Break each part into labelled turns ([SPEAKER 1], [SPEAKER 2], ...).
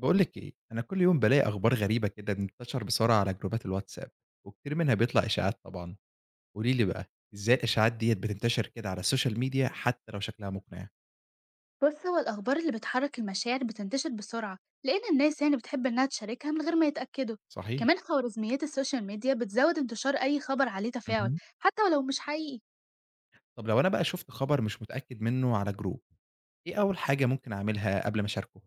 [SPEAKER 1] بقول لك ايه، انا كل يوم بلاقي اخبار غريبه كده بتنتشر بسرعه على جروبات الواتساب، وكتير منها بيطلع اشاعات طبعا. قولي لي بقى، ازاي الاشاعات ديت بتنتشر كده على السوشيال ميديا حتى لو شكلها مقنع؟
[SPEAKER 2] بص، هو الأخبار اللي بتحرك المشاعر بتنتشر بسرعة، لأن الناس يعني بتحب إنها تشاركها من غير ما يتأكدوا.
[SPEAKER 1] صحيح.
[SPEAKER 2] كمان خوارزميات السوشيال ميديا بتزود انتشار أي خبر عليه تفاعل،
[SPEAKER 1] مهم.
[SPEAKER 2] حتى ولو مش حقيقي.
[SPEAKER 1] طب لو انا بقى شفت خبر مش متاكد منه على جروب، ايه اول حاجه ممكن اعملها قبل ما اشاركه؟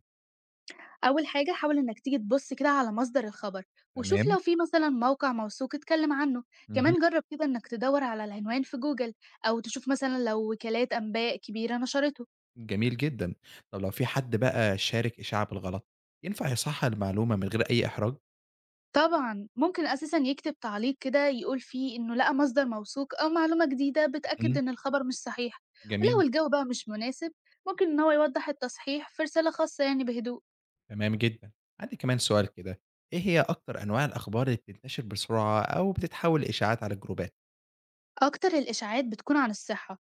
[SPEAKER 2] أول حاجة حاول إنك تيجي تبص كده على مصدر الخبر، وشوف
[SPEAKER 1] تمام.
[SPEAKER 2] لو في مثلا موقع موثوق اتكلم عنه.
[SPEAKER 1] مهم.
[SPEAKER 2] كمان جرب كده إنك تدور على العنوان في جوجل، أو تشوف مثلا لو وكالات أنباء كبيرة نشرته.
[SPEAKER 1] جميل جدا. طب لو في حد بقى شارك اشاعه بالغلط، ينفع يصحح المعلومه من غير اي احراج؟
[SPEAKER 2] طبعًا, ممكن أساسًا يكتب تعليق كده يقول فيه إنه لقى مصدر موثوق أو معلومة جديدة بتأكد
[SPEAKER 1] مهم.
[SPEAKER 2] إن الخبر مش صحيح. ولو
[SPEAKER 1] جميل.
[SPEAKER 2] الجو بقى مش مناسب، ممكن إن هو يوضح التصحيح في رسالة خاصة يعني بهدوء.
[SPEAKER 1] تمام جدًا. عندي كمان سؤال كده، إيه هي أكتر أنواع الأخبار اللي بتنتشر بسرعة أو بتتحول لإشاعات على الجروبات؟
[SPEAKER 2] أكتر الإشاعات بتكون عن الصحة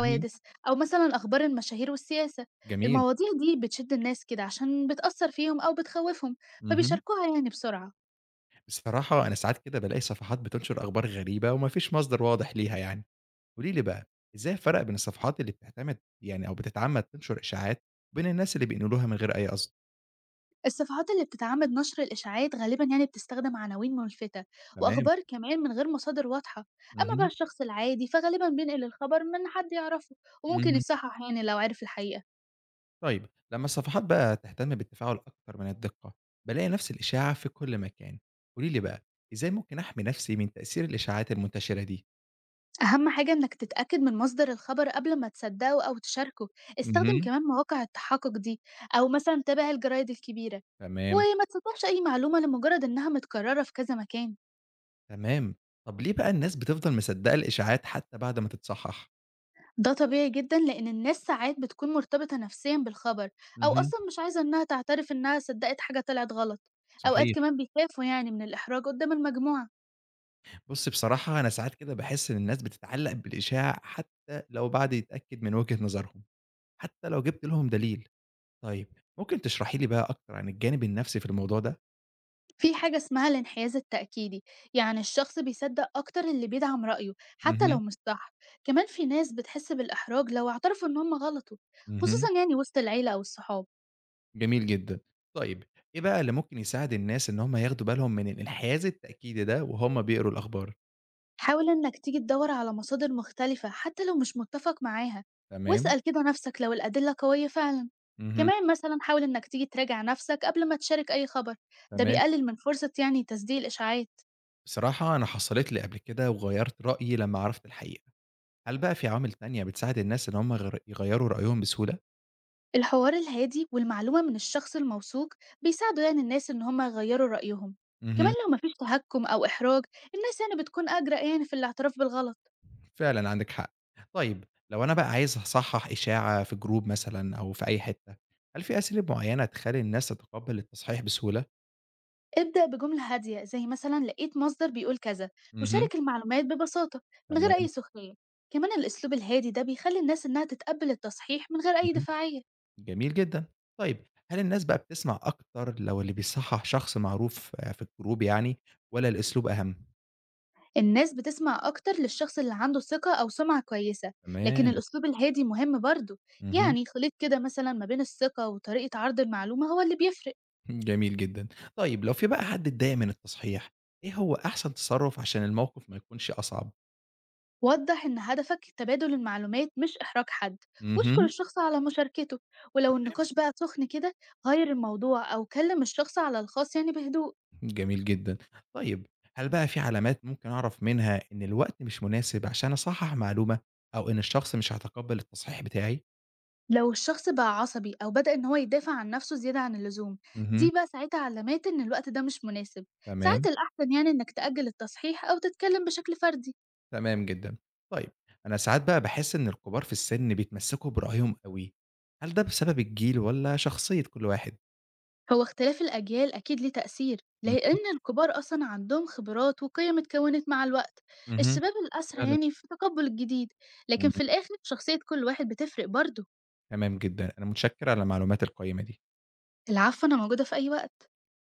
[SPEAKER 1] اهم.
[SPEAKER 2] أو مثلًا أخبار المشاهير والسياسة.
[SPEAKER 1] جميل.
[SPEAKER 2] المواضيع دي بتشد الناس كده عشان بتأثر فيهم أو بتخوفهم،
[SPEAKER 1] اهم.
[SPEAKER 2] فبيشاركوها يعني بسرعة.
[SPEAKER 1] بصراحة أنا ساعات كده بالاقي صفحات بتنشر أخبار غريبة وما فيش مصدر واضح ليها يعني. قولي لي بقى، إزاي أفرّق بين الصفحات اللي بتعتمد يعني أو بتتعمد تنشر إشاعات، وبين الناس اللي بينقلوها من غير أي قصد؟
[SPEAKER 2] الصفحات اللي بتدعمد نشر الإشاعات غالبا يعني بتستخدم عناوين ملفتة،
[SPEAKER 1] تمام.
[SPEAKER 2] وأخبار كمان من غير مصادر واضحة. أما بقى
[SPEAKER 1] اهم.
[SPEAKER 2] الشخص العادي فغالبا بينقل الخبر من حد يعرفه، وممكن
[SPEAKER 1] اهم.
[SPEAKER 2] يصحح يعني لو عرف الحقيقة.
[SPEAKER 1] طيب، لمّا الصفحات بقى تهتم بالتفاعل أكتر من الدقة، بالاقي نفس الإشاعة في كل مكان. قولي لي بقى، إزاي ممكن أحمي نفسي من تأثير الإشاعات المنتشرة دي؟
[SPEAKER 2] أهم حاجة إنك تتأكد من مصدر الخبر قبل ما تصدقه أو تشاركه. استخدم
[SPEAKER 1] اهم،
[SPEAKER 2] كمان مواقع التحقق دي، أو مثلا تابع الجرايد الكبيرة،
[SPEAKER 1] تمام،
[SPEAKER 2] وما تصدقش أي معلومة لمجرد إنها متكررة في كذا مكان.
[SPEAKER 1] تمام. طب ليه بقى الناس بتفضل مصدقة الإشاعات حتى بعد ما تتصحح؟
[SPEAKER 2] ده طبيعي جدا لأن الناس ساعات بتكون مرتبطة نفسيا بالخبر، أو
[SPEAKER 1] اهم،
[SPEAKER 2] أصلا مش عايزة إنها تعترف إنها صدقت حاجة طلعت غلط. أوقات
[SPEAKER 1] صحيح.
[SPEAKER 2] كمان بيخافوا يعني من الإحراج قدام المجموعة.
[SPEAKER 1] بُصّي، بصراحة أنا ساعات كده باحس إن الناس بتتعلق بالإشاعة حتى لو بعد يتأكد من وجهة نظرهم، حتى لو جبت لهم دليل. طيب، ممكن تشرحي لي بقى أكتر عن الجانب النفسي في الموضوع ده؟
[SPEAKER 2] في حاجة اسمها الانحياز التأكيدي، يعني الشخص بيصدق أكتر اللي بيدعم رأيه، حتى
[SPEAKER 1] اهم،
[SPEAKER 2] لو مش صح. كمان في ناس بتحس بالإحراج لو اعترفوا إن هم غلطوا، خصوصا
[SPEAKER 1] اهم.
[SPEAKER 2] يعني وسط العيلة أو الصحاب.
[SPEAKER 1] جميل جدًا. طيب، إيه بقى اللي ممكن يساعد الناس إن هم ياخدوا بالهم من الإنحياز التأكيدي ده وهُم بيقروا الأخبار؟
[SPEAKER 2] حاول إنك تيجي تدور على مصادر مختلفة حتى لو مش متفق معاها،
[SPEAKER 1] تمام،
[SPEAKER 2] واسأل كده نفسك لو الأدلة قوية فعلا.
[SPEAKER 1] اهم،
[SPEAKER 2] كمان مثلا حاول إنك تيجي تراجع نفسك قبل ما تشارك أي خبر. ده
[SPEAKER 1] تمام.
[SPEAKER 2] بيقلل من فرصة يعني تصديق الإشاعات.
[SPEAKER 1] بصراحة أنا حصلت لي قبل كده وغيّرت رأيي لمّا عرفت الحقيقة. هل بقى في عوامل تانية بتساعد الناس إن هم يغيّروا رأيهم بسهولة؟
[SPEAKER 2] الحوار الهادي والمعلومة من الشخص الموثوق بيساعدوا يعني الناس إن هما يغيروا رأيهم. كمان
[SPEAKER 1] اهم،
[SPEAKER 2] لو مفيش تهكم أو إحراج، الناس يعني بتكون أجرأ يعني في الاعتراف بالغلط.
[SPEAKER 1] فعلًا عندِك حق. طيب، لو أنا بقى عايز أصحّح إشاعة في جروب مثلًا أو في أي حتّة، هل في أساليب معيّنة تخلّي الناس تتقبّل التصحيح بسهولة؟
[SPEAKER 2] ابدأ بجملة هادية زي مثلا لقيت مصدر بيقول كذا،
[SPEAKER 1] اهم،
[SPEAKER 2] وشارك المعلومات ببساطة من غير
[SPEAKER 1] تمام،
[SPEAKER 2] أي سخرية. كمان الأسلوب الهادي ده بيخلي الناس إنها تتقبل التصحيح من غير أي
[SPEAKER 1] اهم.
[SPEAKER 2] دفاعية.
[SPEAKER 1] جميل جدًا. طيب، هل الناس بقى بتسمع أكتر لو اللي بيصحّح شخص معروف، آه، في الجروب يعني، والّا الأسلوب أهم؟
[SPEAKER 2] الناس بتسمع أكتر للشخص اللي عنده ثقة أو سمعة كويسة، لكن
[SPEAKER 1] تمام.
[SPEAKER 2] الأسلوب الهادي مهم برضه.
[SPEAKER 1] اهم.
[SPEAKER 2] يعني خليط كده مثلا ما بين الثقة وطريقة عرض المعلومة هو اللي بيفرق.
[SPEAKER 1] جميل جدًا. طيب، لو في بقى حد اتضايق من التصحيح، إيه هو أحسن تصرُّف عشان الموقف ما يكونش أصعب؟
[SPEAKER 2] وضح إن هدفك تبادل المعلومات مش إحراج حد، واشكر
[SPEAKER 1] اهم.
[SPEAKER 2] الشخص على مشاركته. ولو
[SPEAKER 1] تمام.
[SPEAKER 2] النقاش بقى سخن كده، غير الموضوع أو كلم الشخص على الخاص يعني بهدوء.
[SPEAKER 1] جميل جدًا. طيب، هل بقى في علامات ممكن أعرف منها إن الوقت مش مناسب عشان أصحّح معلومة، أو إن الشخص مش هيتقبّل التصحيح بتاعي؟
[SPEAKER 2] لو الشخص بقى عصبي أو بدأ إن هو يدافع عن نفسه زيادة عن اللزوم،
[SPEAKER 1] اهم.
[SPEAKER 2] دي بقى ساعتها علامات إن الوقت ده مش مناسب. ساعات
[SPEAKER 1] تمام.
[SPEAKER 2] الأحسن يعني إنك تأجل التصحيح أو تتكلم بشكل فردي.
[SPEAKER 1] تمام جدًا. طيب، أنا ساعات بقى باحس إن الكبار في السن بيتمسكوا برأيهم أوي، هل ده بسبب الجيل والّا شخصية كل واحد؟
[SPEAKER 2] هو اختلاف الأجيال أكيد ليه تأثير لأن
[SPEAKER 1] اهم،
[SPEAKER 2] الكبار أصلا عندهم خبرات وقيم اتكونت مع الوقت.
[SPEAKER 1] اهم،
[SPEAKER 2] الشباب الأسرع
[SPEAKER 1] فعلًا،
[SPEAKER 2] يعني في تقبل الجديد،
[SPEAKER 1] إمم،
[SPEAKER 2] لكن في الآخر شخصية كل واحد بتفرق برضه.
[SPEAKER 1] تمام جدًا، أنا متشكر على المعلومات القيّمة دي.
[SPEAKER 2] العفو، أنا موجودة في أي وقت.